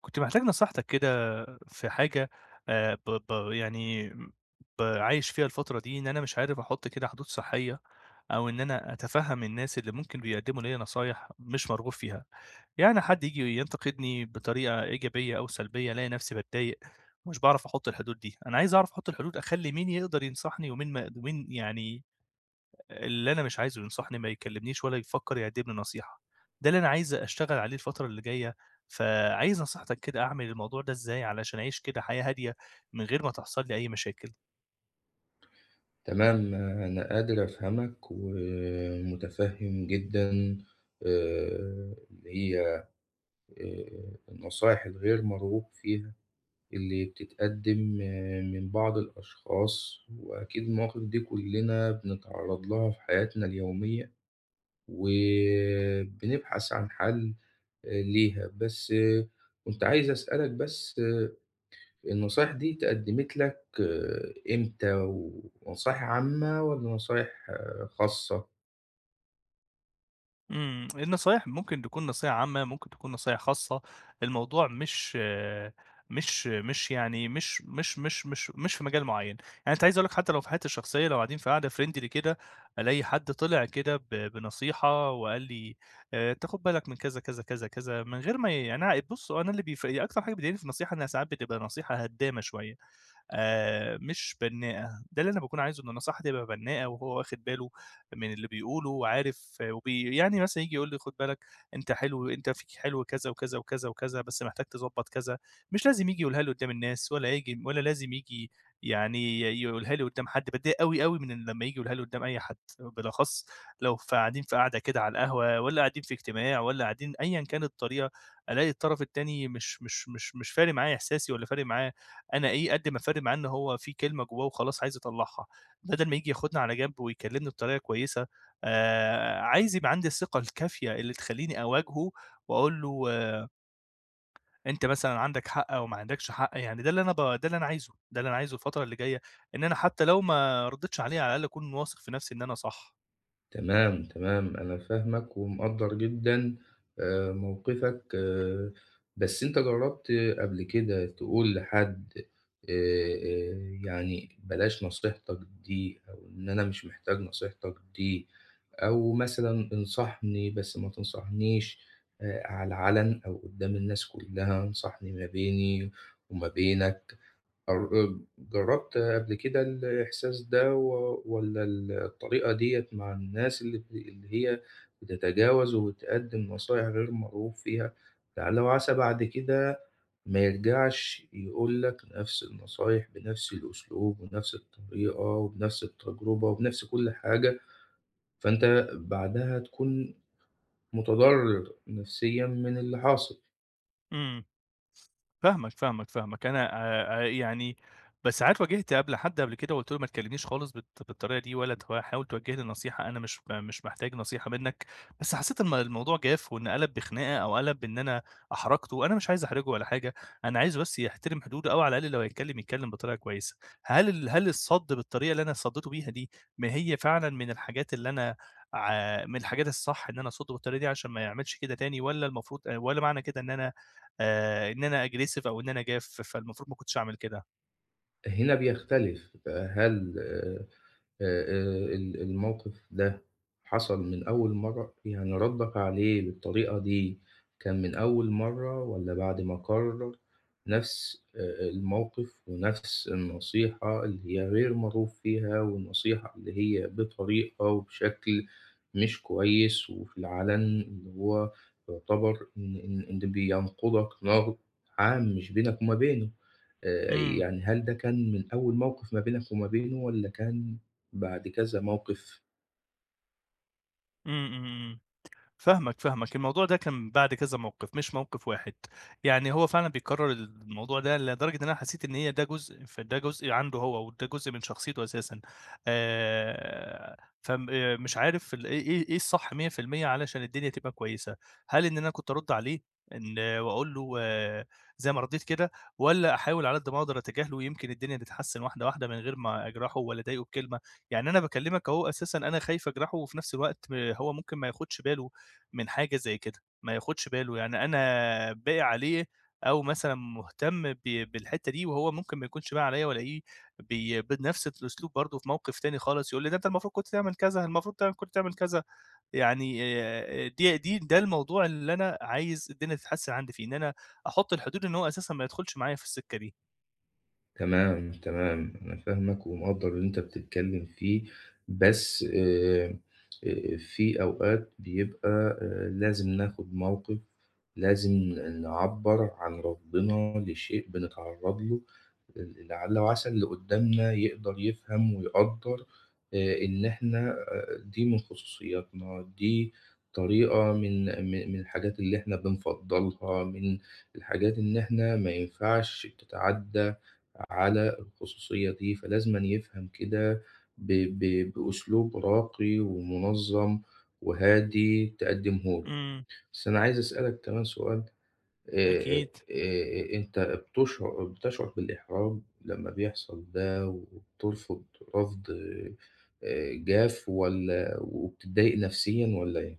كنت محتاج نصيحتك كده في حاجة ب ب يعني ب عايش فيها الفترة دي، إن أنا مش عارف أحُط كده حدود صحية، أو إن أنا أتفهم الناس اللي ممكن بيقدموا ليّا نصايح مش مرغوب فيها، يعني حد ييجي ينتقدني بطريقة إيجابية أو سلبية ألاقي نفسي باتضايق، ومش باعرف أحُط الحدود دي. أنا عايز أعرف أحُط الحدود أخلّي مين يقدر ينصحني ومين يعني اللي أنا مش عايزه ينصحني ما يكلمنيش ولا يفكّر يقدّم لي نصيحة، ده اللي أنا عايز أشتغل عليه الفترة اللي جاية، فعايز نصيحتك كده أعمل الموضوع ده إزاي علشان أعيش كده حياة هادية من غير ما تحصل لي أي مشاكل؟ تمام، أنا قادر أفهمك ومتفهم جدًا. اللي هي النصايح الغير مرغوب فيها اللي بتتقدم من بعض الأشخاص، وأكيد المواقف دي كلنا بنتعرض لها في حياتنا اليومية، وبنبحث عن حل ليها. بس كنت عايز أسألك. بس النصايح دي اتقدمت لك إمتى؟ ونصايح عامة والّا نصايح خاصة؟ إمم، النصايح ممكن تكون نصيحة عامة، ممكن تكون نصايح خاصة، الموضوع مش آه، مش مش يعني مش مش مش مش مش في مجال معيّن. يعني أنت عايز أقول لك حتى لو في حياتي الشخصية لو قاعدين في قعدة friendly كده، ألاقي حد طلع كده ب بنصيحة وقال لي أنت خُد بالك من كذا، كذا، كذا، كذا، من غير ما ي يعني أنا بُص هو أنا اللي بيف أكتر حاجة بتضايقني في النصيحة إنها ساعات بتبقى نصيحة هدّامة شوية. مش بنّاءة. ده اللي أنا باكون عايزه إن النصيحة تبقى بنّاءة وهو واخد باله من اللي بيقوله وعارف آه، وبي يعني مثلًا ييجي يقول لي خُد بالك أنت حلو أنت فيك حلو كذا، وكذا، وكذا، وكذا، بس محتاج تضبّط كذا، مش لازم ييجي يقولها لي قدّام الناس ولا ييجي ولا لازم ييجي يعني يقولها لي قدّام حد. باتضايق أوي، أوي من لمّا ييجي يقولها لي قدّام أي حد، بالأخص لو قاعدين في قعدة كده على القهوة والّا قاعدين في اجتماع والّا قاعدين أيًا كانت الطريقة، ألاقي الطرف التاني مش فارق معاه إحساسي ولا فارق معاه أنا إيه، قد ما فارق معاه إن هو في كلمة جوّاه وخلاص عايز يطلّعها، بدل ما ييجي ياخدنا على جنب ويكلمني بطريقة كويسة. عايز يبقى عندي الثقة الكافية اللي تخلّيني أواجهه وأقول له آه، أنت مثلًا عندك حق أو ما عندكش حق. يعني ده اللي أنا عايزه الفترة اللي جاية، إن أنا حتى لو ما رديتش عليه على الأقل أكون واثق في نفسي إن أنا صح. تمام، تمام، أنا فاهمك ومقدّر جدًا موقفك. بس أنت جرّبت قبل كده تقول لحد يعني بلاش نصيحتك دي أو إن أنا مش محتاج نصيحتك دي، أو مثلًا انصحني بس ما تنصحنيش على العلن أو قدّام الناس كلّها، انصحني ما بيني وما بينك؟ أو جرّبت قبل كده الإحساس ده والّا الطريقة ديّة مع الناس اللي هي بتتجاوز وبتقدّم نصايح غير مرغوب فيها، لعل وعسى بعد كده ما يرجعش يقول لك نفس النصايح بنفس الأسلوب ونفس الطريقة وبنفس التجربة وبنفس كل حاجة، فأنت بعدها تكون متضرر نفسيًا من اللي حاصل. إمم. فاهمك، فاهمك، فاهمك. أنا يعني بس ساعات واجهت قبل حد قبل كده وقُلت له ما تكلمنيش خالص بالطريقة دي ولا حاول توجه لي نصيحة، أنا مش محتاج نصيحة منك، بس حسيت الموضوع جاف وإن قَلَب بخناقة أو قَلَب بإن أنا أحرجته. أنا مش عايز أحرجه ولا حاجة، أنا عايزه بس يحترم حدوده أو على الأقل لو هيتكلم، يتكلم بطريقة كويسة. هل الصَد بالطريقة اللي أنا صَدّيته بيها دي، ما هي فعلًا من الحاجات اللي أنا من الحاجات الصح إن أنا أصُدّه بالطريقة دي عشان ما يعملش كده تاني، والّا المفروض، والّا معنى كده إن أنا إن أنا aggressive أو إن أنا جاف، فالمفروض ما كنتش أعمل كده. هنا بيختلف بقى، هل آآ، الموقف ده حصل من أول مرّة؟ يعني ردّك عليه بالطريقة دي كان من أول مرّة والّا بعد ما قرر نفس الموقف ونفس النصيحة اللي هي غير مرغوب فيها، والنصيحة اللي هي بطريقة وبشكل مش كويس وفي العلن، اللي هو يعتبر إن بينقضك نقد عام مش بينك وما بينه. إمم، يعني هل ده كان من أول موقف ما بينك وما بينه والّا كان بعد كذا موقف؟ إمم، إمم، إمم. فاهمك، فاهمك. الموضوع ده كان بعد كذا موقف، مش موقف واحد. يعني هو فعلًا بيكرّر الموضوع ده لدرجة إن أنا حسيت إن هي ده جزء فده جزء عنده هو، وده جزء من شخصيته أساسًا. آآ فم مش عارف ال إيه إيه إيه الصح 100% علشان الدنيا تبقى كويسة. هل إن أنا كنت أرُد عليه وأقول له آه، زي ما ردّيت كده، والّا أحاول على قد ما أقدر أتجاهله ويمكن الدنيا تتحسّن واحدة، واحدة من غير ما أجرحه ولا أضايقه بكلمة؟ يعني أنا باكلّمك أهو، أساسًا أنا خايف أجرحه وفي نفس الوقت هو ممكن ما ياخُدش باله من حاجة زي كده، ما ياخدش باله، يعني أنا باقي عليه أو مثلًا مهتم بالحتّة دي، وهو ممكن ما يكونش باقي عليَّ والاقيه بنفس الأسلوب برضه في موقف تاني خالص، يقول لي: "ده أنت المفروض كنت تعمل كذا، المفروض كنت تعمل كذا." يعني دي دي ده الموضوع اللي أنا عايز الدنيا تتحسن عندي فيه، إن أنا أحط الحدود إن هو أساسًا ما يدخلش معايا في السكة دي. تمام، تمام، أنا فاهمك ومقدّر اللي أنت بتتكلّم فيه. بس في أوقات بيبقى لازم ناخُد موقف، لازم نعبّر عن رفضنا لشيء بنتعرّض له، لعل وعسى اللي قدّامنا يقدر يفهم ويقدّر إن إحنا دي من خصوصياتنا، دي طريقة من الحاجات اللي إحنا بنفضّلها، من الحاجات إن إحنا ما ينفعش تتعدّى على الخصوصية دي، فلازمًا يفهم كده ب ب بأسلوب راقي ومنظّم وهادي تقدّمه لي. إمم. بس أنا عايز أسألك كمان سؤال. آآ أكيد. أنت بتشعر بالإحراج لمّا بيحصل ده، وبترفض رفض جاف، والّا وبتتضايق نفسيًا، والّا إيه؟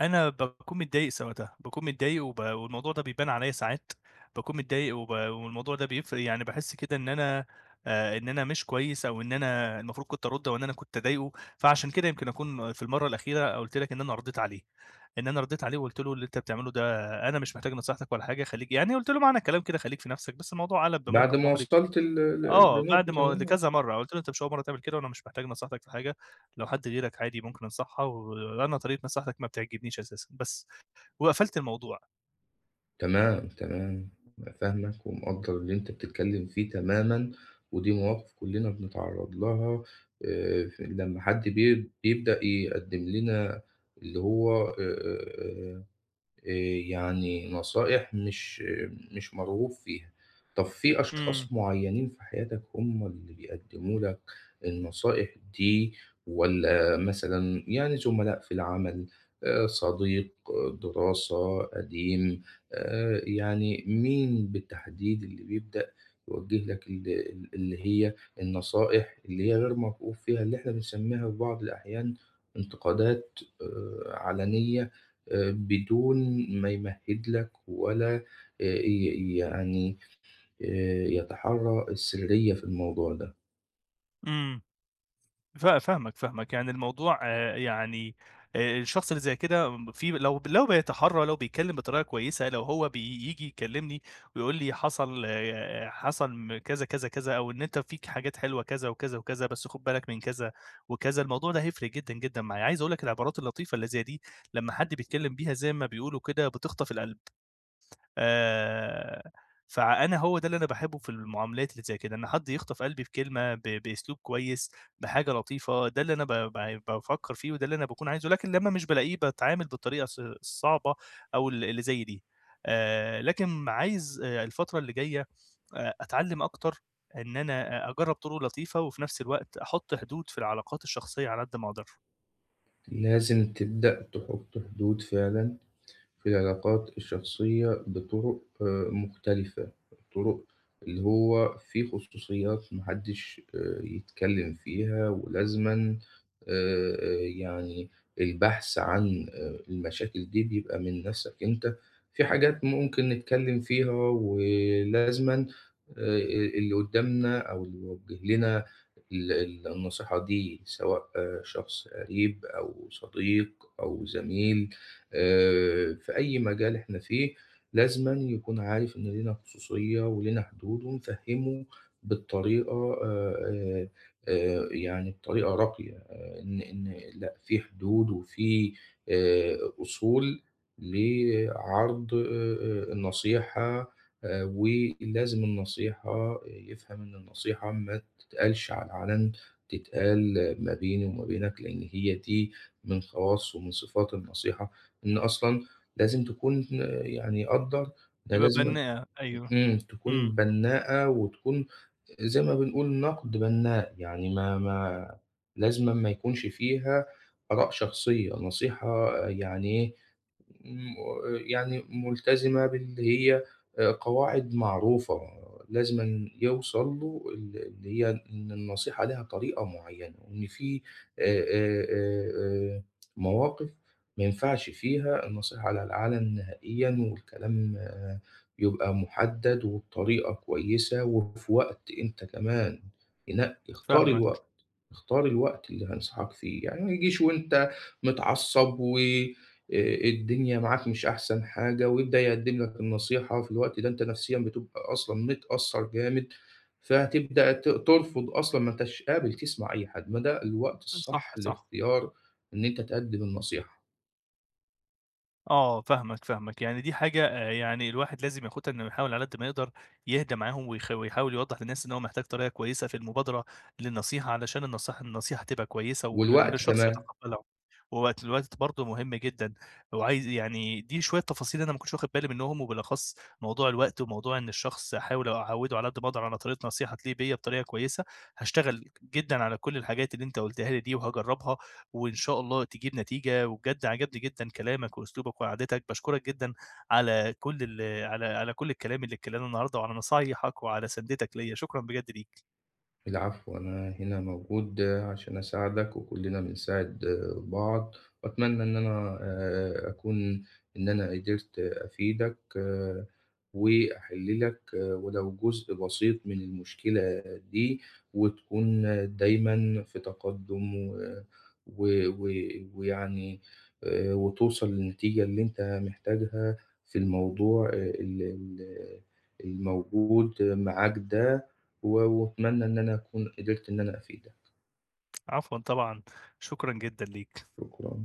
أنا باكون متضايق ساعتها، باكون متضايق والموضوع ده بيبان عليَّ ساعات، باكون متضايق والموضوع ده بيفرق، يعني باحس كده إن أنا إن أنا مش كويس، أو إن أنا المفروض كنت أرُد، أو إن أنا كنت أضايقه، فعشان كده يمكن أكون في المرّة الأخيرة قُلت لك إن أنا رديت عليه. إن أنا رديت عليه وقُلت له: "اللي أنت بتعمله ده أنا مش محتاج نصيحتك ولا حاجة، خليك" يعني قُلت له معنى الكلام كده: "خليك في نَفْسك." بس الموضوع قَلَب بعد بموقف ما مُحرج. وصلت ل ل آه، بعد لنقطة ما إن لكذا مرّة، قُلت له: "أنت مش أول مرّة تعمل كده وأنا مش محتاج نصيحتك في حاجة، لو حد غيرك عادي ممكن أنصحها، وأنا طريقة نصيحتك ما بتعجبنيش أساسًا." بس، وقفلت الموضوع. تمام، تمام. أنا فاهمك ومقدّر اللي أنت بتتكلّم فيه تمامًا، ودي مواقف كُلّنا بنتعرّض لها. ف لمّا حد بيبدأ يقدّم لنا اللي هو آآ يعني نصائح مش مرغوب فيها. طب في إمم، أشخاص معيّنين في حياتك هم اللي بيقدّموا لك النصائح دي، والّا مثلًا يعني زملاء في العمل، صديق دراسة قديم، يعني مين بالتحديد اللي بيبدأ يوجّه لك ال ال اللي هي النصائح اللي هي غير مرغوب فيها، اللي إحنا بنسمّيها في بعض الأحيان انتقادات علنية بدون ما يمهِّد لك، ولا آآ ي يعني يتحرّى السرية في الموضوع ده. إمم. فاهمك، فاهمك. يعني الموضوع الشخص اللي زي كده، في لو بيتحرّى، لو بيتكلّم بطريقة كويسة، لو هو بييجي يكلّمني ويقول لي حصل آه، حصل كذا، كذا، كذا، أو إن أنت فيك حاجات حلوة كذا وكذا وكذا، بس خُد بالك من كذا وكذا، الموضوع ده هيفرق جدًا، جدًا معايا. عايز أقول لك العبارات اللطيفة اللي زي دي لمّا حد بيتكلّم بيها زي ما بيقولوا كده بتخطف القلب. آآ، فأنا هو ده اللي أنا باحبه في المعاملات اللي زي كده، إن حد يخطف قلبي بكلمة، بأسلوب كويس، بحاجة لطيفة. ده اللي أنا ب ب بافكر فيه وده اللي أنا باكون عايزه، لكن لمّا مش بالاقيه باتعامل بالطريقة الصعبة أو اللي زي دي. لكن عايز الفترة اللي جاية أتعلم أكتر إن أنا أجرب طرق لطيفة وفي نفس الوقت أحط حدود في العلاقات الشخصية على قد ما أقدر. لازم تبدأ تحُط حدود فعلًا في العلاقات الشخصية بطُرُق مختلفة، طُرُق اللي هو في خصوصيات ما حدّش يتكلّم فيها، ولازمًا يعني البحث عن المشاكل دي بيبقى من نَفْسك أنت. في حاجات ممكن نتكلّم فيها، ولازمًا آآ اللي قُدّامنا أو اللي بيوجّه لنا ال ال النصيحة دي، سواء شخص قريب أو صديق أو زميل في أي مجال إحنا فيه، لازمًا يكون عارف إن لينا خصوصية ولينا حدود، ونفهّمه بالطريقة يعني بطريقة راقية إن لأ في حدود وفي أصول لعرض النصيحة. ولازم النصيحة يفهم إن النصيحة ما تتقالش على العلن، تتقال ما بيني وما بينك، لإن هي دي من خواص ومن صفات النصيحة. إن أصلًا لازم تكون يعني قدّر ده تبقى لازمًا. بناءة، أيوه. إمم، تكون إمم. بنّاءة وتكون زي ما بنقول نقد بناء، يعني ما ما لازمًا ما يكونش فيها آراء شخصية، نصيحة يعني إيه، م يعني ملتزمة باللي هي قواعد معروفة، لازمًا يوصل له اللي هي إن النصيحة ليها طريقة معيّنة، وإن في آآ آآ آآ آآ مواقف ما ينفعش فيها النصيحة على الأعلى نهائيًا، والكلام يبقى مُحدّد وبطريقة كويسة وفي وقت، أنت كمان تنقّي اختار فاهمك. الوقت. اختار الوقت اللي هانصحك فيه، يعني ما يجيش وأنت متعصّب و الدنيا معاك مش أحسن حاجة ويبدأ يقدّم لك النصيحة في الوقت ده، أنت نفسيًا بتبقى أصلًا متأثّر جامد، فهتبدأ ترفض أصلًا، ما أنتش قابل تسمع أي حد، ما ده الوقت صح، الصح صح. لاختيار إن أنت تقدّم النصيحة. آه، فاهمك، فاهمك. يعني دي حاجة يعني الواحد لازم ياخدها، إنه يحاول على قد ما يقدر يهدى معاهم ويحاول يوضّح للناس إن هو محتاج طريقة كويسة في المبادرة للنصيحة، علشان النصيحة تبقى كويسة ولإن والوقت الشخص كمان. يتقبّلها. ووقت الوقت برضه مهم جدًا. وعايز يعني دي شوية تفاصيل أنا ما كنتش واخد بالي منهم، وبالأخص موضوع الوقت وموضوع إن الشخص أحاول أعوّده على قد ما أقدر على طريقة نصيحة تليق بيّا بطريقة كويسة. هاشتغل جدًا على كل الحاجات اللي أنت قُلتها لي دي وهاجرّبها وإن شاء الله تجيب نتيجة، وبجد عجبني جدًا كلامك وأسلوبك وقعدتك. باشكرك جدًا على كل ال على على كل الكلام اللي اتكلمناه النهارده، وعلى نصايحك وعلى سندتك ليّا، شكرًا بجد ليك. العفو، أنا هنا موجود عشان أساعدك، وكلنا بنساعد بعض. وأتمنى إن أنا أكون إن أنا قدرت أفيدك وأحل لك ولو جزء بسيط من المشكلة دي، وتكون دايما في تقدم ويعني وتوصل للنتيجة اللي أنت محتاجها في الموضوع الموجود معاك ده. وأتمنى إن أنا أكون قدرت إن أنا أفيدك. عفوًا طبعًا، شكرًا جدًا ليك. شكرًا.